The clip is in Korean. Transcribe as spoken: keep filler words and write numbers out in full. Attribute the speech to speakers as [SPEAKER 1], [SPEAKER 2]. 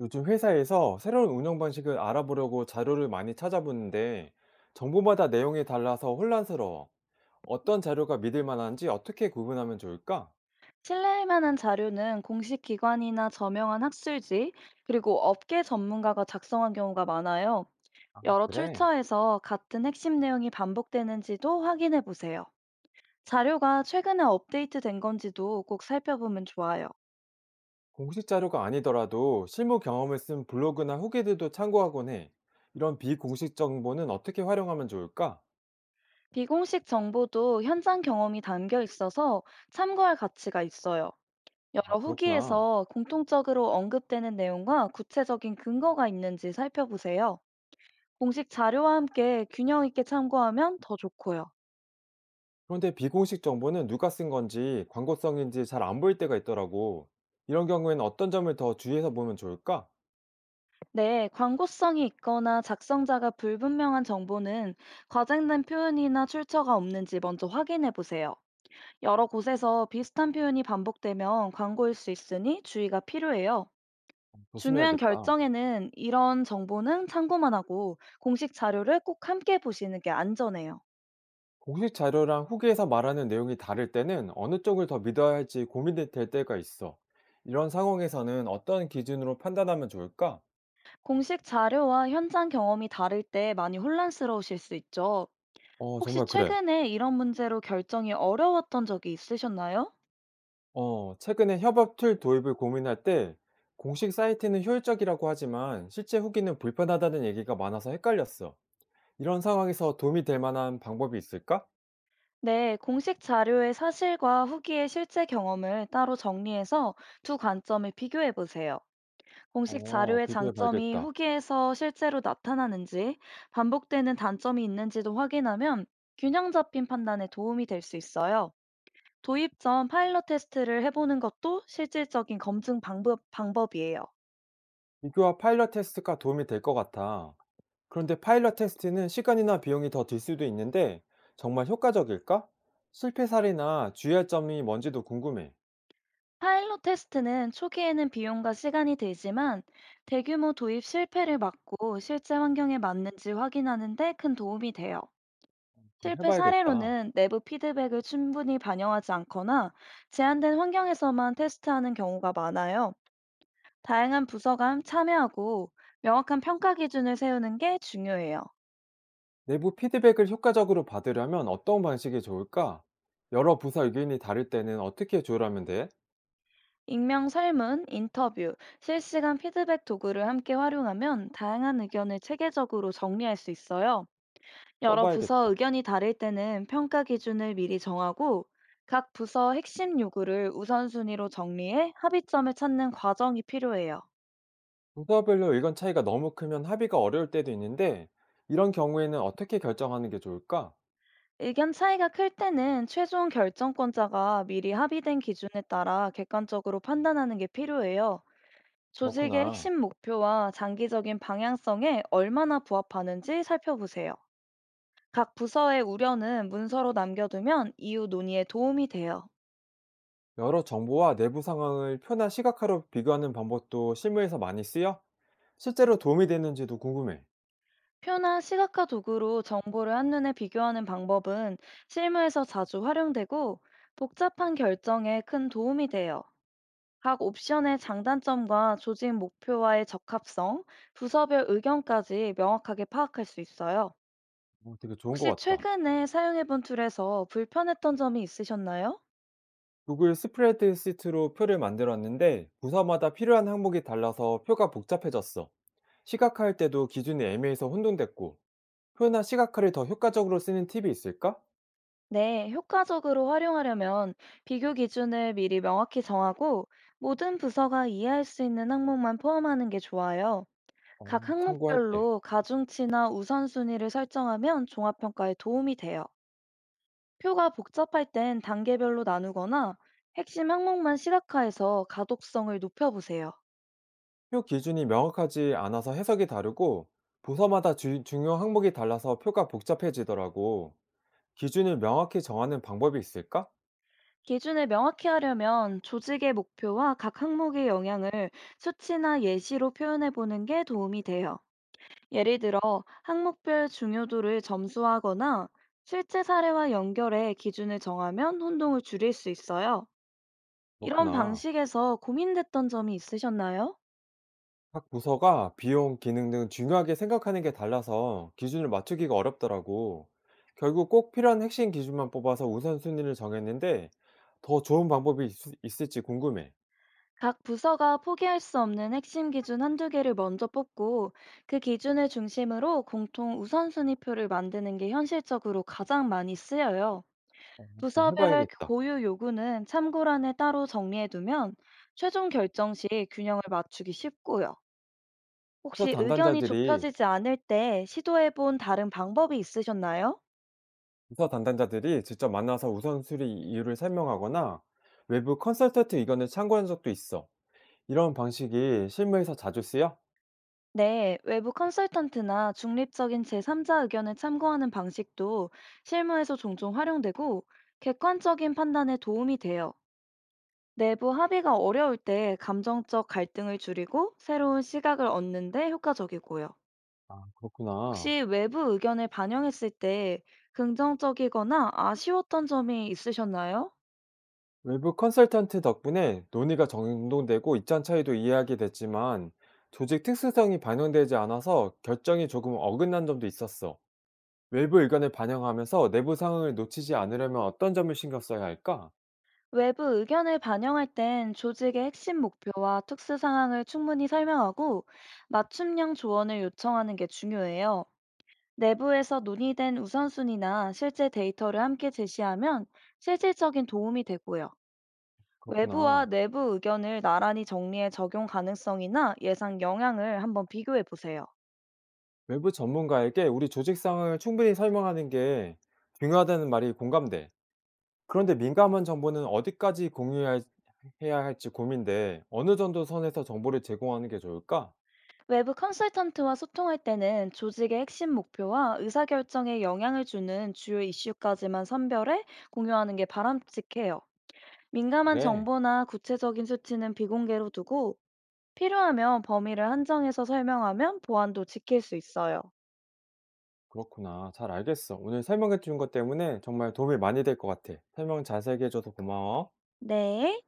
[SPEAKER 1] 요즘 회사에서 새로운 운영 방식을 알아보려고 자료를 많이 찾아보는데 정보마다 내용이 달라서 혼란스러워. 어떤 자료가 믿을 만한지 어떻게 구분하면 좋을까?
[SPEAKER 2] 신뢰할 만한 자료는 공식 기관이나 저명한 학술지, 그리고 업계 전문가가 작성한 경우가 많아요.
[SPEAKER 1] 아,
[SPEAKER 2] 여러
[SPEAKER 1] 그래? 그래,
[SPEAKER 2] 출처에서 같은 핵심 내용이 반복되는지도 확인해 보세요. 자료가 최근에 업데이트 된 건지도 꼭 살펴보면 좋아요.
[SPEAKER 1] 공식 자료가 아니더라도 실무 경험을 쓴 블로그나 후기들도 참고하곤 해. 이런 비공식 정보는 어떻게 활용하면 좋을까?
[SPEAKER 2] 비공식 정보도 현장 경험이 담겨 있어서 참고할 가치가 있어요.
[SPEAKER 1] 아,
[SPEAKER 2] 여러
[SPEAKER 1] 그렇구나.
[SPEAKER 2] 후기에서 공통적으로 언급되는 내용과 구체적인 근거가 있는지 살펴보세요. 공식 자료와 함께 균형 있게 참고하면 더 좋고요.
[SPEAKER 1] 그런데 비공식 정보는 누가 쓴 건지 광고성인지 잘 안 보일 때가 있더라고. 이런 경우에는 어떤 점을 더 주의해서 보면 좋을까?
[SPEAKER 2] 네, 광고성이 있거나 작성자가 불분명한 정보는 과장된 표현이나 출처가 없는지 먼저 확인해 보세요. 여러 곳에서 비슷한 표현이 반복되면 광고일 수 있으니 주의가 필요해요. 중요한
[SPEAKER 1] 조심해야겠다.
[SPEAKER 2] 결정에는 이런 정보는 참고만 하고 공식 자료를 꼭 함께 보시는 게 안전해요.
[SPEAKER 1] 공식 자료랑 후기에서 말하는 내용이 다를 때는 어느 쪽을 더 믿어야 할지 고민이 될 때가 있어. 이런 상황에서는 어떤 기준으로 판단하면 좋을까?
[SPEAKER 2] 공식 자료와 현장 경험이 다를 때 많이 혼란스러우실 수 있죠.
[SPEAKER 1] 어,
[SPEAKER 2] 혹시
[SPEAKER 1] 정말 그래.
[SPEAKER 2] 최근에 이런 문제로 결정이 어려웠던 적이 있으셨나요?
[SPEAKER 1] 어, 최근에 협업 툴 도입을 고민할 때 공식 사이트는 효율적이라고 하지만 실제 후기는 불편하다는 얘기가 많아서 헷갈렸어. 이런 상황에서 도움이 될 만한 방법이 있을까?
[SPEAKER 2] 네, 공식 자료의 사실과 후기의 실제 경험을 따로 정리해서 두 관점을 비교해 보세요. 공식
[SPEAKER 1] 어,
[SPEAKER 2] 자료의
[SPEAKER 1] 비교해
[SPEAKER 2] 장점이
[SPEAKER 1] 봐야겠다.
[SPEAKER 2] 후기에서 실제로 나타나는지, 반복되는 단점이 있는지도 확인하면 균형 잡힌 판단에 도움이 될 수 있어요. 도입 전 파일럿 테스트를 해보는 것도 실질적인 검증 방법, 방법이에요.
[SPEAKER 1] 비교와 파일럿 테스트가 도움이 될 것 같아. 그런데 파일럿 테스트는 시간이나 비용이 더 들 수도 있는데 정말 효과적일까? 실패 사례나 주의할 점이 뭔지도 궁금해.
[SPEAKER 2] 파일럿 테스트는 초기에는 비용과 시간이 들지만 대규모 도입 실패를 막고 실제 환경에 맞는지 확인하는 데 큰 도움이 돼요.
[SPEAKER 1] 그럼
[SPEAKER 2] 실패
[SPEAKER 1] 해봐야겠다.
[SPEAKER 2] 사례로는 내부 피드백을 충분히 반영하지 않거나 제한된 환경에서만 테스트하는 경우가 많아요. 다양한 부서가 참여하고 명확한 평가 기준을 세우는 게 중요해요.
[SPEAKER 1] 내부 피드백을 효과적으로 받으려면 어떤 방식이 좋을까? 여러 부서 의견이 다를 때는 어떻게 조율하면 돼?
[SPEAKER 2] 익명 설문, 인터뷰, 실시간 피드백 도구를 함께 활용하면 다양한 의견을 체계적으로 정리할 수 있어요. 여러 부서
[SPEAKER 1] 써봐야겠다.
[SPEAKER 2] 의견이 다를 때는 평가 기준을 미리 정하고 각 부서 핵심 요구를 우선순위로 정리해 합의점을 찾는 과정이 필요해요.
[SPEAKER 1] 부서별로 의견 차이가 너무 크면 합의가 어려울 때도 있는데 이런 경우에는 어떻게 결정하는 게 좋을까?
[SPEAKER 2] 의견 차이가 클 때는 최종 결정권자가 미리 합의된 기준에 따라 객관적으로 판단하는 게 필요해요. 조직의
[SPEAKER 1] 그렇구나.
[SPEAKER 2] 핵심 목표와 장기적인 방향성에 얼마나 부합하는지 살펴보세요. 각 부서의 우려는 문서로 남겨두면 이후 논의에 도움이 돼요.
[SPEAKER 1] 여러 정보와 내부 상황을 표나 시각화로 비교하는 방법도 실무에서 많이 쓰여? 실제로 도움이 되는지도 궁금해.
[SPEAKER 2] 표나 시각화 도구로 정보를 한눈에 비교하는 방법은 실무에서 자주 활용되고 복잡한 결정에 큰 도움이 돼요. 각 옵션의 장단점과 조직 목표와의 적합성, 부서별 의견까지 명확하게 파악할 수 있어요.
[SPEAKER 1] 어, 되게 좋은 것
[SPEAKER 2] 혹시
[SPEAKER 1] 같다.
[SPEAKER 2] 최근에 사용해본 툴에서 불편했던 점이 있으셨나요?
[SPEAKER 1] 구글 스프레드시트로 표를 만들었는데 부서마다 필요한 항목이 달라서 표가 복잡해졌어. 시각화할 때도 기준이 애매해서 혼돈됐고 표나 시각화를 더 효과적으로 쓰는 팁이 있을까?
[SPEAKER 2] 네, 효과적으로 활용하려면 비교 기준을 미리 명확히 정하고 모든 부서가 이해할 수 있는 항목만 포함하는 게 좋아요. 각
[SPEAKER 1] 어, 참고할 때.
[SPEAKER 2] 항목별로 가중치나 우선순위를 설정하면 종합평가에 도움이 돼요. 표가 복잡할 땐 단계별로 나누거나 핵심 항목만 시각화해서 가독성을 높여보세요.
[SPEAKER 1] 표 기준이 명확하지 않아서 해석이 다르고 부서마다 주- 중요 항목이 달라서 표가 복잡해지더라고. 기준을 명확히 정하는 방법이 있을까?
[SPEAKER 2] 기준을 명확히 하려면 조직의 목표와 각 항목의 영향을 수치나 예시로 표현해 보는 게 도움이 돼요. 예를 들어, 항목별 중요도를 점수화하거나 실제 사례와 연결해 기준을 정하면 혼동을 줄일 수 있어요. 이런
[SPEAKER 1] 그렇구나.
[SPEAKER 2] 방식에서 고민됐던 점이 있으셨나요?
[SPEAKER 1] 각 부서가 비용, 기능 등 중요하게 생각하는 게 달라서 기준을 맞추기가 어렵더라고. 결국 꼭 필요한 핵심 기준만 뽑아서 우선순위를 정했는데 더 좋은 방법이 있, 을지 궁금해.
[SPEAKER 2] 각 부서가 포기할 수 없는 핵심 기준 한두 개를 먼저 뽑고 그 기준을 중심으로 공통 우선순위표를 만드는 게 현실적으로 가장 많이 쓰여요.
[SPEAKER 1] 좀
[SPEAKER 2] 부서별
[SPEAKER 1] 해봐야겠다.
[SPEAKER 2] 고유 요구는 참고란에 따로 정리해두면 최종 결정 시 균형을 맞추기 쉽고요.
[SPEAKER 1] 부서
[SPEAKER 2] 혹시 의견이
[SPEAKER 1] 담당자들이,
[SPEAKER 2] 좁혀지지 않을 때 시도해본 다른 방법이 있으셨나요?
[SPEAKER 1] 부서 담당자들이 직접 만나서 우선순위 이유를 설명하거나 외부 컨설턴트 의견을 참고한 적도 있어. 이런 방식이 실무에서 자주 쓰여?
[SPEAKER 2] 네, 외부 컨설턴트나 중립적인 제삼자 의견을 참고하는 방식도 실무에서 종종 활용되고 객관적인 판단에 도움이 돼요. 내부 합의가 어려울 때 감정적 갈등을 줄이고 새로운 시각을 얻는 데 효과적이고요.
[SPEAKER 1] 아, 그렇구나.
[SPEAKER 2] 혹시 외부 의견을 반영했을 때 긍정적이거나 아쉬웠던 점이 있으셨나요?
[SPEAKER 1] 외부 컨설턴트 덕분에 논의가 정돈되고 입장 차이도 이해하게 됐지만 조직 특수성이 반영되지 않아서 결정이 조금 어긋난 점도 있었어. 외부 의견을 반영하면서 내부 상황을 놓치지 않으려면 어떤 점을 신경 써야 할까?
[SPEAKER 2] 외부 의견을 반영할 땐 조직의 핵심 목표와 특수 상황을 충분히 설명하고 맞춤형 조언을 요청하는 게 중요해요. 내부에서 논의된 우선순위나 실제 데이터를 함께 제시하면 실질적인 도움이 되고요. 외부와
[SPEAKER 1] 그렇구나.
[SPEAKER 2] 내부 의견을 나란히 정리해 적용 가능성이나 예상 영향을 한번 비교해 보세요.
[SPEAKER 1] 외부 전문가에게 우리 조직 상황을 충분히 설명하는 게 중요하다는 말이 공감돼. 그런데 민감한 정보는 어디까지 공유해야 할지 고민돼. 어느 정도 선에서 정보를 제공하는 게 좋을까?
[SPEAKER 2] 외부 컨설턴트와 소통할 때는 조직의 핵심 목표와 의사결정에 영향을 주는 주요 이슈까지만 선별해 공유하는 게 바람직해요. 민감한
[SPEAKER 1] 그래.
[SPEAKER 2] 정보나 구체적인 수치는 비공개로 두고 필요하면 범위를 한정해서 설명하면 보안도 지킬 수 있어요.
[SPEAKER 1] 그렇구나. 잘 알겠어. 오늘 설명해 준 것 때문에 정말 도움이 많이 될 것 같아. 설명 자세히게 해줘서 고마워.
[SPEAKER 2] 네.